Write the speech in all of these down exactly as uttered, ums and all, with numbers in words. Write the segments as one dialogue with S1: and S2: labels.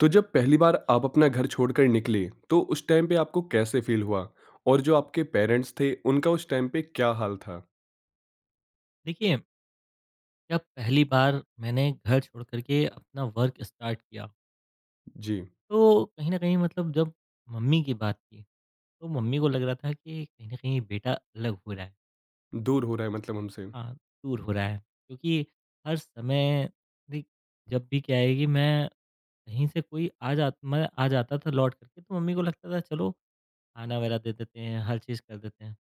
S1: तो जब पहली बार आप अपना घर छोड़कर निकले, तो उस टाइम पे आपको कैसे फील हुआ? और जो आपके पेरेंट्स थे, उनका उस टाइम पे क्या हाल था?
S2: देखिए, जब पहली बार मैंने घर छोड़ कर के अपना वर्क स्टार्ट किया,
S1: जी,
S2: तो कहीं न कहीं मतलब जब मम्मी की बात की, तो मम्मी को लग रहा था कि कहीं न कहीं बेटा अलग हो रहा है।
S1: दूर हो रहा है मतलब हमसे।
S2: हाँ, दूर हो रहा है। क्योंकि हर समय देख जब भी क्या है कि मैं कहीं से कोई आ जा मैं आ जाता था लौट कर के, तो मम्मी को लगता था चलो खाना वगैरह दे देते हैं, हर चीज़ कर देते हैं।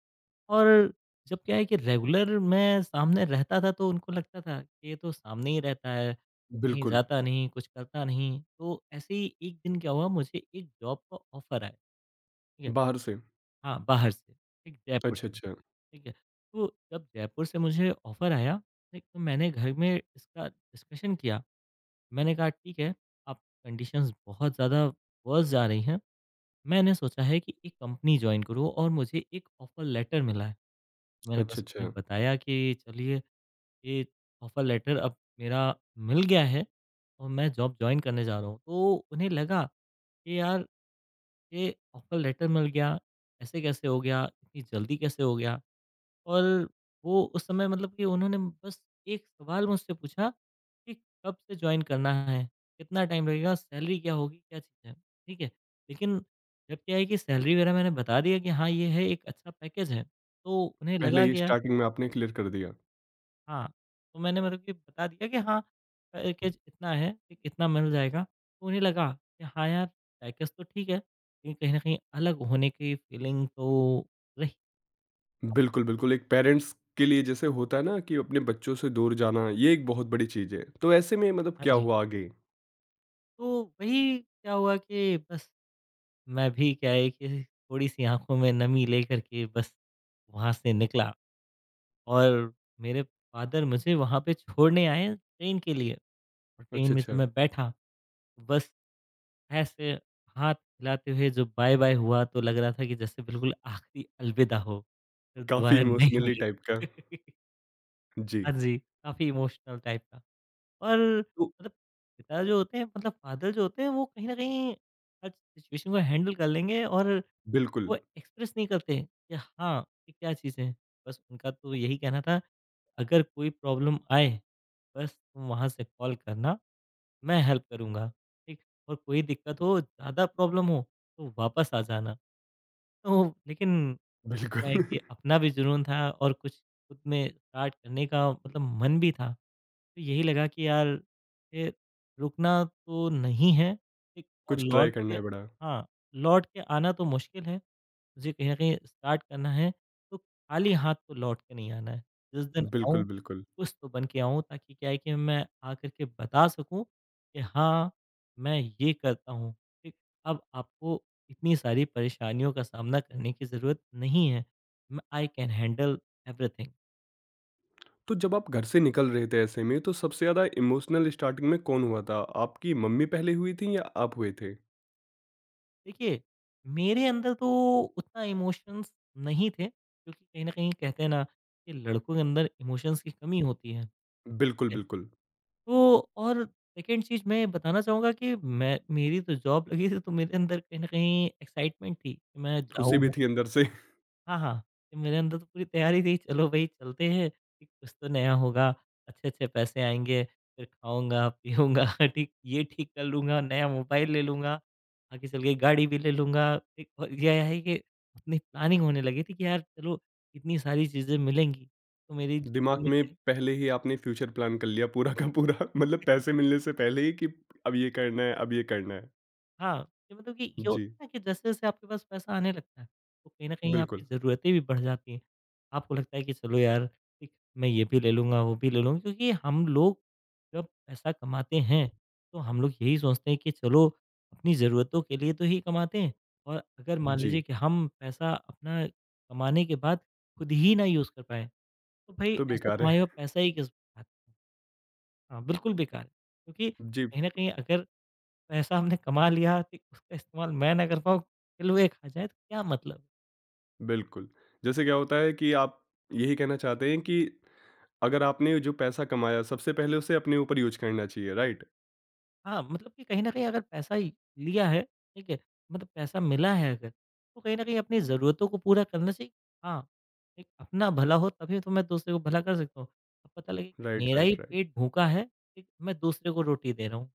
S2: और जब क्या है कि रेगुलर मैं सामने रहता था तो उनको लगता था कि ये तो सामने ही रहता है, कहीं
S1: बिल्कुल,
S2: जाता नहीं, कुछ करता नहीं। तो ऐसे ही एक दिन क्या हुआ मुझे एक जॉब का ऑफ़र आया, ठीक है?
S1: बाहर से।
S2: हाँ, बाहर से, ठीक जयपुर
S1: अच्छा,
S2: से,
S1: अच्छा।
S2: ठीक है? तो जब जयपुर से मुझे ऑफ़र आया, ठीक, तो मैंने घर में इसका डिस्कशन किया। मैंने कहा ठीक है, अब कंडीशंस बहुत ज़्यादा वर्स्ट जा रही हैं। मैंने सोचा है कि एक कंपनी जॉइन करूँ और मुझे एक ऑफ़र लेटर मिला है। मैंने
S1: अच्छा,
S2: बस उन्हें
S1: अच्छा।
S2: बताया कि चलिए ये ऑफ़र लेटर अब मेरा मिल गया है और मैं जॉब जॉइन करने जा रहा हूँ। तो उन्हें लगा कि यार ये ऑफ़र लेटर मिल गया, ऐसे कैसे हो गया? इतनी जल्दी कैसे हो गया? और वो उस समय मतलब कि उन्होंने बस एक सवाल मुझसे पूछा कि कब से जॉइन करना है? कितना टाइम लगेगा? सैलरी क्या होगी? क्या चीज़ है? ठीक है। लेकिन जब क्या है कि सैलरी वगैरह मैंने बता दिया कि हाँ, ये है एक अच्छा पैकेज है। तो उन्हें
S1: पहले
S2: लगा
S1: ही
S2: कि यार
S1: स्टार्टिंग में आपने क्लियर कर दिया।
S2: हाँ, तो मैंने मतलब कि बता दिया कि हाँ, पैकेज इतना है, ठीक इतना मिल जाएगा। तो उन्हें लगा कि हाँ यार, पैकेज तो ठीक है, लेकिन कहीं न कहीं अलग होने की फीलिंग तो रही।
S1: बिल्कुल, बिल्कुल, एक पेरेंट्स के लिए जैसे होता है ना कि अपने बच्चों से दूर जाना, ये एक बहुत बड़ी चीज़ है। तो ऐसे में मतलब
S2: हाँ
S1: क्या
S2: जी।
S1: हुआ आगे?
S2: तो वही क्या हुआ कि बस मैं भी क्या है कि थोड़ी-सी आँखों में नमी लेकर के बस वहाँ से निकला और मेरे फ़ादर मुझे वहाँ पे छोड़ने आए ट्रेन के लिए और ट्रेन
S1: अच्छा,
S2: में जब
S1: अच्छा।
S2: मैं बैठा, बस ऐसे हाथ हिलाते हुए जो बाय बाय हुआ तो लग रहा था कि जैसे बिल्कुल आखिरी अलविदा हो, फिर
S1: काफ़ी
S2: दोबारा नहीं
S1: इमोशनली टाइप
S2: मिले।
S1: का।
S2: हाँ
S1: जी,
S2: जी, काफ़ी इमोशनल टाइप का और
S1: तो
S2: मतलब पिता जो होते हैं मतलब फ़ादर जो होते हैं वो कहीं न कहीं हर सिचुएशन को हैंडल कर लेंगे और
S1: बिल्कुल,
S2: वो एक्सप्रेस नहीं करते कि हाँ, ये क्या चीज़ है। बस उनका तो यही कहना था अगर कोई प्रॉब्लम आए, बस तुम वहाँ से कॉल करना मैं हेल्प करूँगा, ठीक? और कोई दिक्कत हो, ज़्यादा प्रॉब्लम हो, तो वापस आ जाना। तो लेकिन अब क्या है
S1: बिल्कुल।
S2: कि अपना भी जुनून था और कुछ खुद में स्टार्ट करने का मतलब मन भी था। तो यही लगा कि यार ये रुकना तो नहीं है, ठीक? और
S1: कुछ ट्राई
S2: लौट के
S1: करना है बड़ा।
S2: हाँ, लौट के आना तो मुश्किल है। मुझे कहीं न कहीं स्टार्ट करना है, तो खाली हाथ तो लौट के नहीं आना है। जिस दिन आऊँ,
S1: बिल्कुल, बिल्कुल।
S2: कुछ तो बन के आऊँ ताकि क्या है कि मैं आकर के बता सकूँ कि हाँ, मैं ये करता हूँ, ठीक? अब आपको इतनी सारी परेशानियों का सामना करने की ज़रूरत नहीं है। मैं आई कैन हैंडल एवरीथिंग।
S1: तो जब आप घर से निकल रहे थे ऐसे में तो सबसे ज़्यादा इमोशनल स्टार्टिंग में कौन हुआ था? आपकी मम्मी पहले हुई थीं या आप हुए थे?
S2: देखिए, मेरे अंदर तो उतना इमोशंस नहीं थे क्योंकि कहीं न कहीं कहते हैं ना कि लड़कों के अंदर इमोशंस की कमी होती है।
S1: बिल्कुल, बिल्कुल।
S2: तो और सेकंड चीज़ मैं बताना चाहूँगा कि मैं मेरी तो जॉब लगी थी तो मेरे अंदर कहीं न कहीं एक्साइटमेंट थी कि मैं
S1: खुशी भी
S2: जाऊँ
S1: थी अंदर से।
S2: हाँ, हाँ, कि मेरे अंदर तो पूरी तैयारी थी चलो भई चलते हैं कि कुछ तो नया होगा, अच्छे-अच्छे पैसे आएँगे, फिर खाऊँगा, पीऊँगा ठीक ये ठीक कर लूँगा, नया मोबाइल ले लूँगा, आगे चल के गाड़ी भी ले लूँगा। ठीक और यह है कि अपनी प्लानिंग होने लगी थी कि यार चलो इतनी सारी चीज़ें मिलेंगी, तो मेरी जेब
S1: दिमाग
S2: में
S1: में पहले ही आपने फ्यूचर प्लान कर लिया पूरा का पूरा मतलब पैसे मिलने से पहले ही कि अब ये करना है, अब ये करना है।
S2: हाँ, ये मतलब कि ये होता
S1: जी,
S2: है ना कि जैसे-जैसे आपके पास पैसा आने लगता है, तो कहीं न कहीं आपकी
S1: बिल्कुल।
S2: ज़रूरतें भी बढ़ जाती हैं। आपको लगता है कि चलो यार, ठीक, मैं ये भी ले लूँगा, वो भी ले लूँगा क्योंकि हम लोग जब पैसा कमाते हैं, तो हम लोग यही सोचते हैं कि चलो अपनी ज़रूरतों के लिए तो ही कमाते हैं और अगर मान लीजिए
S1: जी,
S2: कि हम पैसा अपना कमाने के बाद खुद ही ना यूज़ कर पाएँ, तो भई
S1: तो
S2: ऐसा
S1: बेकार
S2: कमाया
S1: है।
S2: हुआ पैसा ही किस बात का? हाँ, बिल्कुल बेकार है क्योंकि
S1: जी,
S2: कहीं न कहीं अगर पैसा हमने कमा लिया ठीक, उसका इस्तेमाल मैं ना कर पाऊँ, हलवे खा जाएँ तो क्या मतलब?
S1: बिल्कुल। जैसे क्या होता है कि आप यही कहना चाहते हैं कि अगर आपने जो पैसा कमाया सबसे पहले उसे अपने ऊपर यूज़ करना चाहिए, राइट?
S2: हाँ, मतलब कि कहीं न कहीं अगर पैसा ही लिया है, ठीक है, मतलब पैसा मिला है अगर, तो कहीं न कहीं अपनी ज़रूरतों को पूरा करना चाहिए। हाँ, एक अपना भला हो तभी तो मैं दूसरे को भला कर सकता हूँ। अब पता लगे
S1: राइट,
S2: मेरा ही
S1: राइट, राइट।
S2: पेट भूखा है, ठीक, मैं दूसरे को रोटी दे रहा हूँ,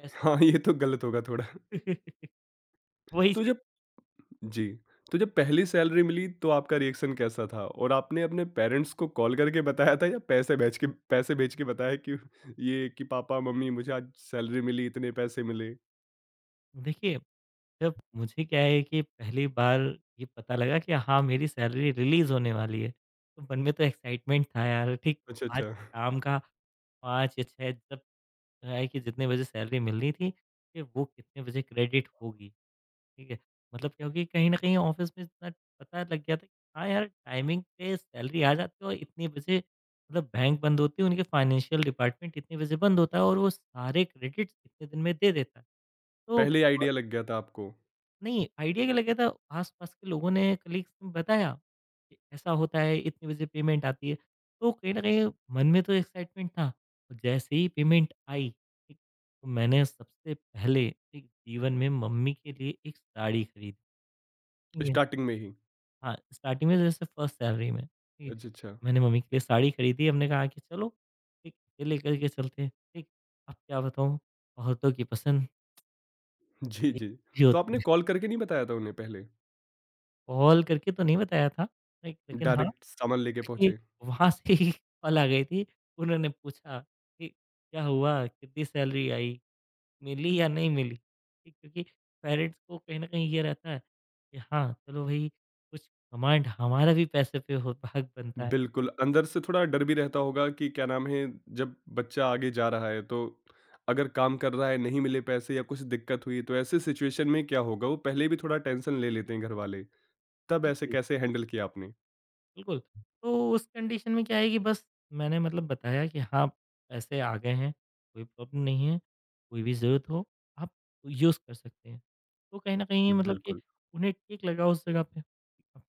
S2: कैसे?
S1: हाँ, ये तो गलत होगा थोड़ा।
S2: वही
S1: तो
S2: चीज़
S1: जब जी, तो जब पहली सैलरी मिली तो आपका रिएक्शन कैसा था? और आपने अपने पेरेंट्स को कॉल करके बताया था या पैसे भेज के पैसे भेज के बताया कि ये कि पापा, मम्मी मुझे आज सैलरी मिली, इतने पैसे मिले?
S2: देखिए, जब मुझे क्या है कि पहली बार ये पता लगा कि हाँ, मेरी सैलरी रिलीज़ होने वाली है, तो मन में तो एक्साइटमेंट था यार, ठीक
S1: अच्छा,
S2: आज
S1: अच्छा।
S2: शाम का पाँच या छह तक क्या है कि जितने बजे सैलरी मिलनी थी, कि वो कितने बजे क्रेडिट होगी, ठीक है? मतलब क्या होगी कहीं न कहीं ऑफ़िस में इतना पता लग गया था कि हाँ यार, टाइमिंग पे सैलरी आ जाती है और इतने बजे मतलब बैंक बंद होती है, उनके फाइनेंशियल डिपार्टमेंट इतने बजे बंद होता है और वो सारे क्रेडिट्स इतने दिन में दे देता है। तो
S1: पहले ही आइडिया लग गया था आपको,
S2: नहीं, आइडिया क्या लगा था, आस-पास के लोगों ने, कलीग्स ने बताया कि ऐसा होता है, इतने बजे पेमेंट आती है। तो कहीं न कहीं मन में तो एक्साइटमेंट था। और जैसे ही पेमेंट आई, ठीक, तो मैंने सबसे पहले एक जीवन में मम्मी के लिए एक साड़ी खरीदी। ठीक है?
S1: स्टार्टिंग में ही?
S2: हाँ, स्टार्टिंग में जैसे फर्स्ट सैलरी में, ठीक है?
S1: अच्छा, अच्छा।
S2: मैंने मम्मी के लिए साड़ी खरीदी, हमने कहा कि चलो, ठीक, ये लेकर के चलते हैं, ठीक? अब क्या बताऊँ, औरतों की पसंद
S1: जी,
S2: एक
S1: जी।
S2: ही
S1: तो
S2: होती
S1: आपने
S2: है।
S1: कॉल करके नहीं बताया था उन्हें पहले?
S2: कॉल करके तो नहीं बताया था, लाइक लेकिन हाँ
S1: डायरेक्ट सामान लेके
S2: देखिए
S1: पहुँचे?
S2: वहाँ से ही कॉल आ गई थी। उन्होंने पूछा कि क्या हुआ? कितनी सैलरी आई? मिली या नहीं मिली? ठीक, क्योंकि पेरेंट्स को कहीं न कहीं ये रहता है कि हाँ, चलो भई कुछ कमांड हमारा भी पैसे पे हो हक बनता है।
S1: बिल्कुल, अंदर से थोड़ा डर भी रहता होगा कि क्या नाम है, जब बच्चा आगे जा रहा है, तो अगर काम कर रहा है, नहीं मिले पैसे या कुछ दिक्कत हुई, तो ऐसे सिचुएशन में क्या होगा? वो पहले भी थोड़ा टेंशन ले लेते हैं घरवाले, तब ऐसे
S2: बिल्कुल।
S1: कैसे हैंडल किया आपने?
S2: बिल्कुल, तो उस कंडीशन में क्या है कि बस मैंने मतलब बताया कि हाँ, पैसे आ गए हैं, कोई प्रॉब्लम नहीं है, कोई भी ज़रूरत हो, आप यूज़ कर सकते हैं। तो कहीं न कहीं मतलब कि
S1: बिल्कुल,
S2: उन्हें ठीक लगा उस जगह पे। अब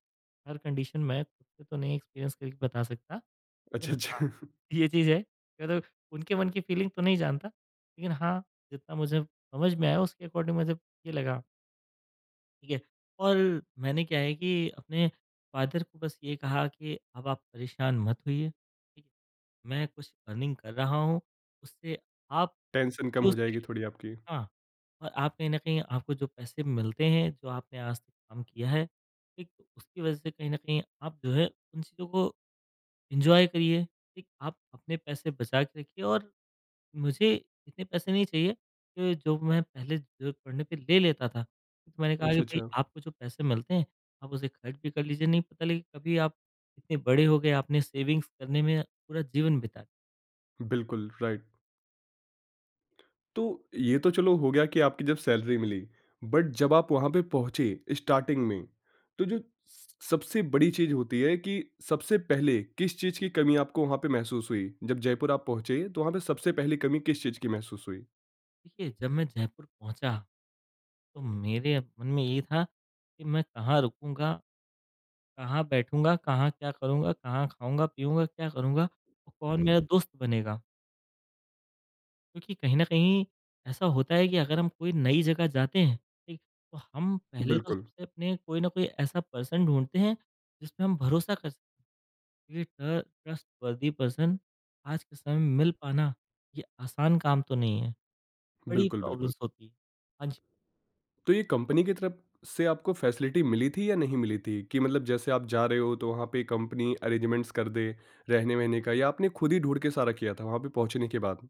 S2: हर कंडीशन मैं खुद से तो नहीं एक्सपीरियंस करके बता सकता, लेकिन
S1: अच्छा,
S2: हाँ,
S1: अच्छा।
S2: ये चीज़ है कि मतलब उनके मन की फीलिंग तो नहीं जानता, लेकिन हाँ, जितना मुझे समझ में आया उसके अकॉर्डिंग मुझे ये लगा ठीक है? और मैंने क्या है कि अपने फ़ादर को बस ये कहा कि अब आप परेशान मत होइए, ठीक है? मैं कुछ अर्निंग कर रहा हूँ, उससे आप
S1: टेंशन कम हो
S2: यूज़
S1: जाएगी
S2: करिए।
S1: थोड़ी आपकी।
S2: हाँ, और आप कहीं न कहीं आपको जो पैसे मिलते हैं, जो आपने आज तक काम किया है, ठीक? तो उसकी वज़ह से कहीं न कहीं आप जो है उन चीज़ों को एन्जॉय करिए, ठीक? आप अपने पैसे बचा के रखिए और मुझे इतने पैसे नहीं चाहिए कि जो मैं पहले ज़रूरत पड़ने पे ले लेता था। तो मैंने कहा कि हुँ।
S1: अच्छा,
S2: भई
S1: अच्छा,
S2: आपको जो पैसे मिलते हैं, आप उसे खर्च भी कर लीजिए, नहीं पता लगे कभी आप इतने बड़े हो गए, आपने सेविंग्स करने में पूरा जीवन बिता दिया।
S1: बिल्कुल, राइट। तो ये तो चलो हो गया कि आपकी जब सैलरी मिली, बट जब आप वहाँ पे पहुँचे स्टार्टिंग में, तो जो सबसे बड़ी चीज़ होती है कि सबसे पहले किस चीज़ की कमी आपको वहाँ पे महसूस हुई? जब जयपुर आप पहुँचे तो वहाँ पे सबसे पहली कमी किस चीज़ की महसूस हुई?
S2: देखिए, जब मैं जयपुर पहुँचा, तो मेरे मन में ये था कि मैं कहाँ रुकूँगा, कहाँ बैठूँगा, कहाँ क्या करूँगा, कहाँ खाऊँगा, पीऊँगा, क्या करूँगा और कौन मेरा दोस्त बनेगा। क्योंकि कहीं न कहीं ऐसा होता है कि अगर हम कोई नई जगह जाते हैं, ठीक? तो हम पहले तो
S1: बिल्कुल,
S2: सबसे अपने कोई न कोई ऐसा पर्सन ढूँढते हैं, जिसपे हम भरोसा कर सकें क्योंकि ट ट्रस्टवर्दी पर्सन आज के समय में मिल पाना, ये आसान काम तो नहीं है, बड़ी
S1: बिल्कुल, बिल्कुल।
S2: प्रॉब्लम्स होती हैं। हाँ जी,
S1: तो ये कंपनी की तरफ से आपको फैसिलिटी मिली थी या नहीं मिली थी? कि मतलब जैसे आप जा रहे हो तो वहाँ पे कंपनी अरेंजमेंट्स कर दे रहने-वहने का या आपने खुद ही ढूँढ के सारा किया था वहाँ पे पहुँचने के बाद?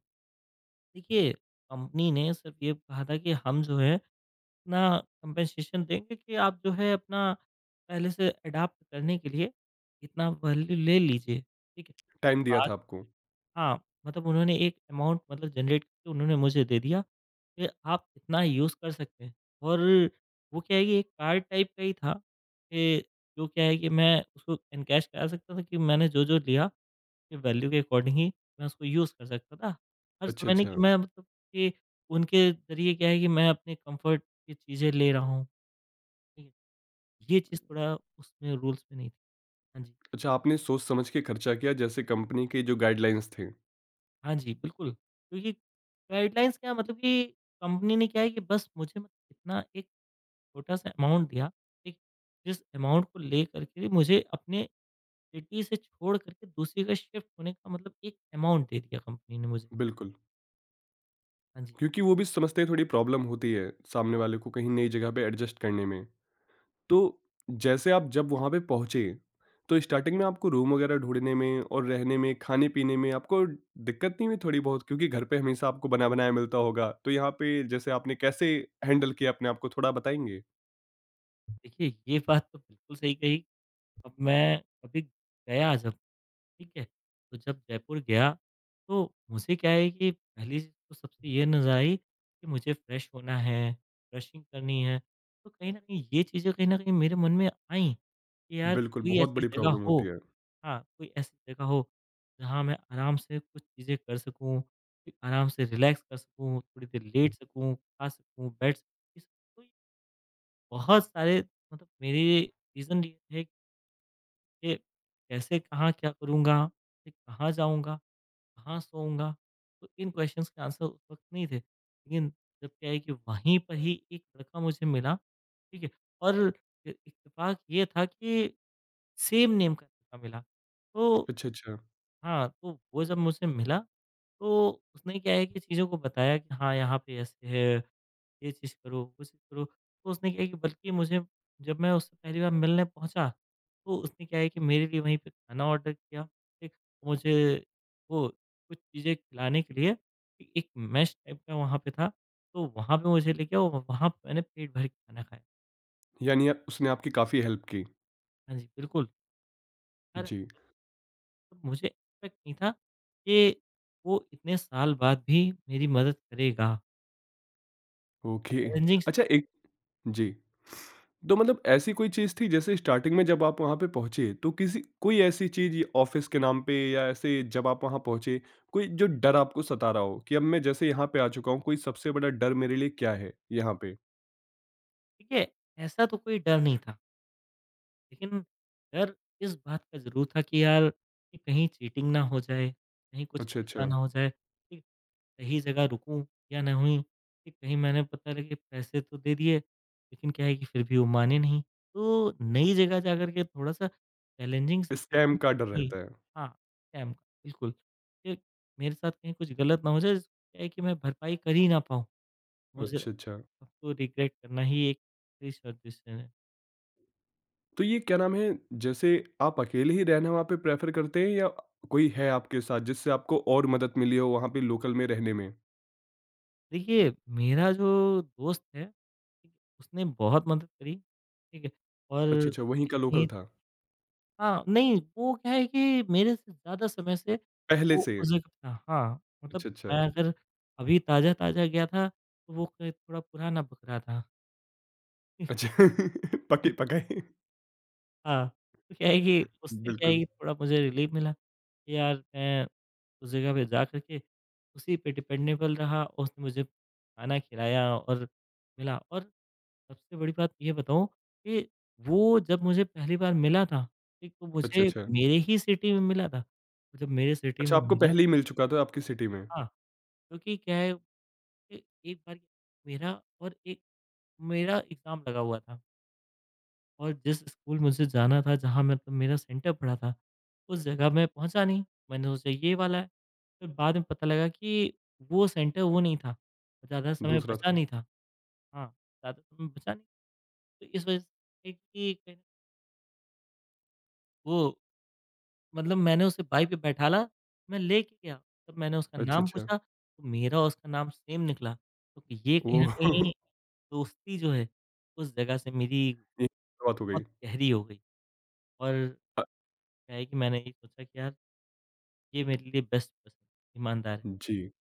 S2: देखिए कंपनी ने सिर्फ़ ये कहा था कि हम जो है अपना कंपनसेशन देंगे कि आप जो है अपना पहले से अडॉप्ट करने के लिए इतना वैल्यू ले लीजिए, ठीक है?
S1: टाइम दिया था आपको?
S2: हाँ, मतलब उन्होंने एक अमाउंट मतलब जनरेट करके उन्होंने मुझे दे दिया कि आप इतना यूज़ कर सकते हैं। और वो क्या है कि एक कार्ड टाइप का ही था कि जो क्या है कि मैं उसको एनकैश करा सकता था कि मैंने जो-जो लिया कि वैल्यू के अकॉर्डिंग ही मैं उसको यूज़ कर सकता था। हर
S1: अच्छा,
S2: समय नहीं
S1: अच्छा।
S2: कि मैं मतलब कि उनके ज़रिए क्या है कि मैं अपने कम्फ़र्ट की चीज़ें ले रहा हूँ, ठीक है? ये चीज़ थोड़ा उसमें रूल्स में नहीं थी। हाँ जी।
S1: अच्छा, आपने सोच-समझ के खर्चा किया जैसे कंपनी के जो गाइडलाइंस थे।
S2: हाँ जी, बिल्कुल, क्योंकि गाइडलाइंस क्या मतलब कि कंपनी ने क्या है कि बस मुझे मतलब इतना एक छोटा-सा अमाउंट दिया, ठीक? जिस अमाउंट को लेकर के मुझे अपने सिटी से छोड़ कर के दूसरी जगह शिफ्ट होने का मतलब एक अमाउंट दे दिया कंपनी ने मुझे।
S1: बिल्कुल,
S2: हाँ जी,
S1: क्योंकि वो भी समझते हैं थोड़ी प्रॉब्लम होती है सामने वाले को कहीं नई जगह पे एडजस्ट करने में। तो जैसे आप जब वहाँ पे पहुँचे, तो स्टार्टिंग में आपको रूम वगैरह ढूँढने में और रहने में, खाने-पीने में आपको दिक्कत नहीं हुई थोड़ी बहुत? क्योंकि घर पे हमेशा आपको बना-बनाया मिलता होगा, तो यहाँ पे जैसे आपने कैसे हैंडल किया अपने आप को थोड़ा बताएँगे?
S2: देखिए ये बात तो बिल्कुल सही कही। अब मैं कभी गया जब, ठीक है? तो जब जयपुर गया, तो मुझे क्या है कि पहली चीज़ तो सबसे ये नज़र आई कि मुझे फ्रेश होना है, ब्रशिंग करनी है। तो कहीं न कहीं ये चीज़ें कहीं न कहीं मेरे मन में आईं कि यार हुँ।
S1: बिल्कुल,
S2: कोई
S1: बहुत
S2: ऐसी
S1: बड़ी
S2: जगह
S1: प्रॉब्लम होती
S2: हो,
S1: है।
S2: हाँ, कोई ऐसी जगह हो जहाँ मैं आराम से कुछ चीज़ें कर सकूँ, फिर आराम से रिलैक्स कर सकूँ, थोड़ी देर लेट सकूँ, खा सकूँ, बैठ सकूँ। इस तो ये बहुत सारे मतलब मेरे रीज़न ये थे कि कैसे, कहाँ, क्या करूँगा, फिर कहाँ जाऊँगा? कहाँ सोऊँगा? तो इन क्वेश्चन्स के आंसर उस वक़्त नहीं थे। लेकिन जब क्या है कि वहीं पर ही एक लड़का मुझे मिला, ठीक है? और इ इत्तेफ़ाक ये था कि सेम नेम का लड़का मिला। तो
S1: अच्छा, अच्छा,
S2: हाँ, तो वो जब मुझसे मिला, तो उसने क्या है कि चीज़ों को बताया कि हाँ, यहाँ पे ऐसे है, ये चीज़ करो, वो चीज़ करो। तो उसने क्या है कि बल्कि मुझे जब मैं उससे पहली बार मिलने पहुँचा, तो उसने क्या है कि मेरे लिए वहीं पे खाना ऑर्डर किया, ठीक? मुझे वो कुछ चीज़ें खिलाने के लिए ए एक मेस टाइप का वहाँ पे था, तो वहाँ पे मुझे ले गया और वहाँ पे मैंने पेट भर के खाना खाया।
S1: यानी आप- उसने आपकी काफ़ी हेल्प की।
S2: हाँ जी, बिल्कुल। अरे!
S1: जी,
S2: मुझे एक्सपेक्ट नहीं था कि वो इतने साल बाद भी मेरी मदद करेगा।
S1: ओके।
S2: चैलेंजिंग,
S1: अच्छा एक जी। तो मतलब ऐसी कोई चीज़ थी जैसे स्टार्टिंग में जब आप वहाँ पे पहुँचे तो किसी कोई ऐसी चीज़ ऑफ़िस के नाम पे या ऐसे जब आप वहाँ पहुँचे, कोई जो डर आपको सता रहा हो कि अब मैं जैसे यहाँ पे आ चुका हूँ, कोई सबसे बड़ा डर मेरे लिए क्या है यहाँ पे?
S2: ठीक है, ऐसा तो कोई डर नहीं था। लेकिन यार इस बात का ज़रूर था कि यार कि कहीं चीटिंग ना हो जाए, कहीं कुछ
S1: अच्छा, अच्छा।
S2: ऐसा ना हो जाए कि सही जगह रुकूँ या नहीं, कि कहीं मैंने पता लगे पैसे तो दे दिए, लेकिन क्या है कि फिर भी वो माने नहीं। तो नई जगह जाकर के थोड़ा-सा चैलेंजिंग सिचुएशन
S1: स्कैम का डर
S2: हुई।
S1: रहता है।
S2: हाँ, स्कैम का बिल्कुल, कि मेरे साथ कहीं कुछ गलत ना हो जाए, क्या है कि मैं भरपाई कर ही ना पाऊँ। मुझे लगा,
S1: अच्छा, अच्छा।
S2: अब तो रिग्रेट करना ही एक सही solution है।
S1: तो ये क्या नाम है, जैसे आप अकेले ही रहना वहाँ पे प्रेफ़र करते हैं या कोई है आपके साथ जिससे आपको और मदद मिली हो वहाँ पे लोकल में रहने में?
S2: देखिए, मेरा जो दोस्त है, ठीक है, उसने बहुत मदद करी, ठीक है, और
S1: अच्छा,
S2: कहीं
S1: अच्छा वहीं का
S2: न कहीं,
S1: लोकल था,
S2: हाँ, नहीं वो क्या है कि मेरे से ज़्यादा समय से
S1: पहले
S2: वो
S1: से?
S2: उस जगह पे था, हाँ, मतलब
S1: अच्छा, अच्छा।
S2: मैं अगर अभी ताज़ा-ताज़ा गया था, तो वो क थोड़ा पुराना बकरा था।
S1: अच्छा पके पकाए?
S2: हाँ, तो क्या है कि उससे क्या है कि
S1: बिल्कुल।
S2: थोड़ा मुझे रिलीफ़ मिला कि यार मैं उस जगह पे जा कर के उसी पे डिपेंडेबल रहा, उसने मुझे खाना खिलाया और मिला, और सबसे बड़ी बात ये बताऊँ कि वो जब मुझे पहली बार मिला था, ठीक, तो
S1: अच्छा,
S2: मुझे
S1: अच्छा।
S2: मेरे ही सिटी में मिला था। जब मेरे सिटी
S1: अच्छा
S2: में
S1: आपको
S2: मिला
S1: पहले ही मिल चुका था आपकी सिटी में,
S2: था, क्योंकि क्या है कि एक बार मेरा और एक मेरा एग्ज़ाम लगा हुआ था और जिस स्कूल मुझे जाना था, जहाँ मतलब मेरा सेंटर पड़ा था, उस जगह मैं पहुँचा नहीं। मैंने सोचा ये वाला है, फिर बाद में पता लगा कि वो सेंटर वो नहीं था, ज़्यादा समय
S1: दूसरा
S2: बचा
S1: था।
S2: नहीं था। हाँ, ज़्यादा समय बचा नहीं, तो इस वज़ह से है कि कहीं ना- वो, मतलब मैंने उसे बाइक पे बैठाला, मैं लेके गया, तब मैंने उसका हुँ।
S1: अच्छा,
S2: नाम
S1: अच्छा।
S2: पूछा, तो मेरा और उसका नाम सेम निकला। तो ये कहीं न
S1: ओह!
S2: कहीं दोस्ती जो है, उस जगह से मेरी
S1: ये बात हो
S2: बहुत
S1: गई।
S2: गहरी हो गई और
S1: अ,
S2: क्या है कि मैंने ये सोचा कि यार ये मेरे लिए बेस्ट पर्सन ईमानदार है।
S1: जी।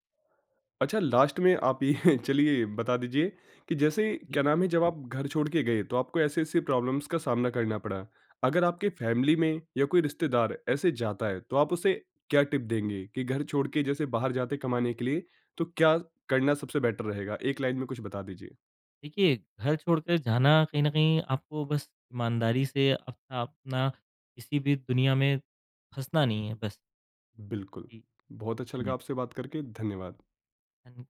S1: अच्छा लास्ट में आप ये चलिए बता दीजिए कि जैसे
S2: हुँ।
S1: क्या नाम है जब आप घर छोड़ के गए तो आपको ऐसे-ऐसे प्रॉब्लम्स का सामना करना पड़ा। अगर आपके फैमिली में या कोई रिश्तेदार ऐसे जाता है तो आप उसे क्या टिप देंगे कि घर छोड़ के जैसे बाहर जाते कमाने के लिए तो क्या करना सबसे बेटर रहेगा? एक लाइन में कुछ बता दीजिए।
S2: देखिए, घर छोड़कर जाना कहीं न कहीं आपको बस ईमानदारी से अपना अपना किसी भी दुनिया में फँसना नहीं है बस।
S1: बिल्कुल।
S2: जी,
S1: बहुत अच्छा लगा
S2: धन्यवाद।
S1: आपसे बात करके, धन्यवाद।
S2: धन्य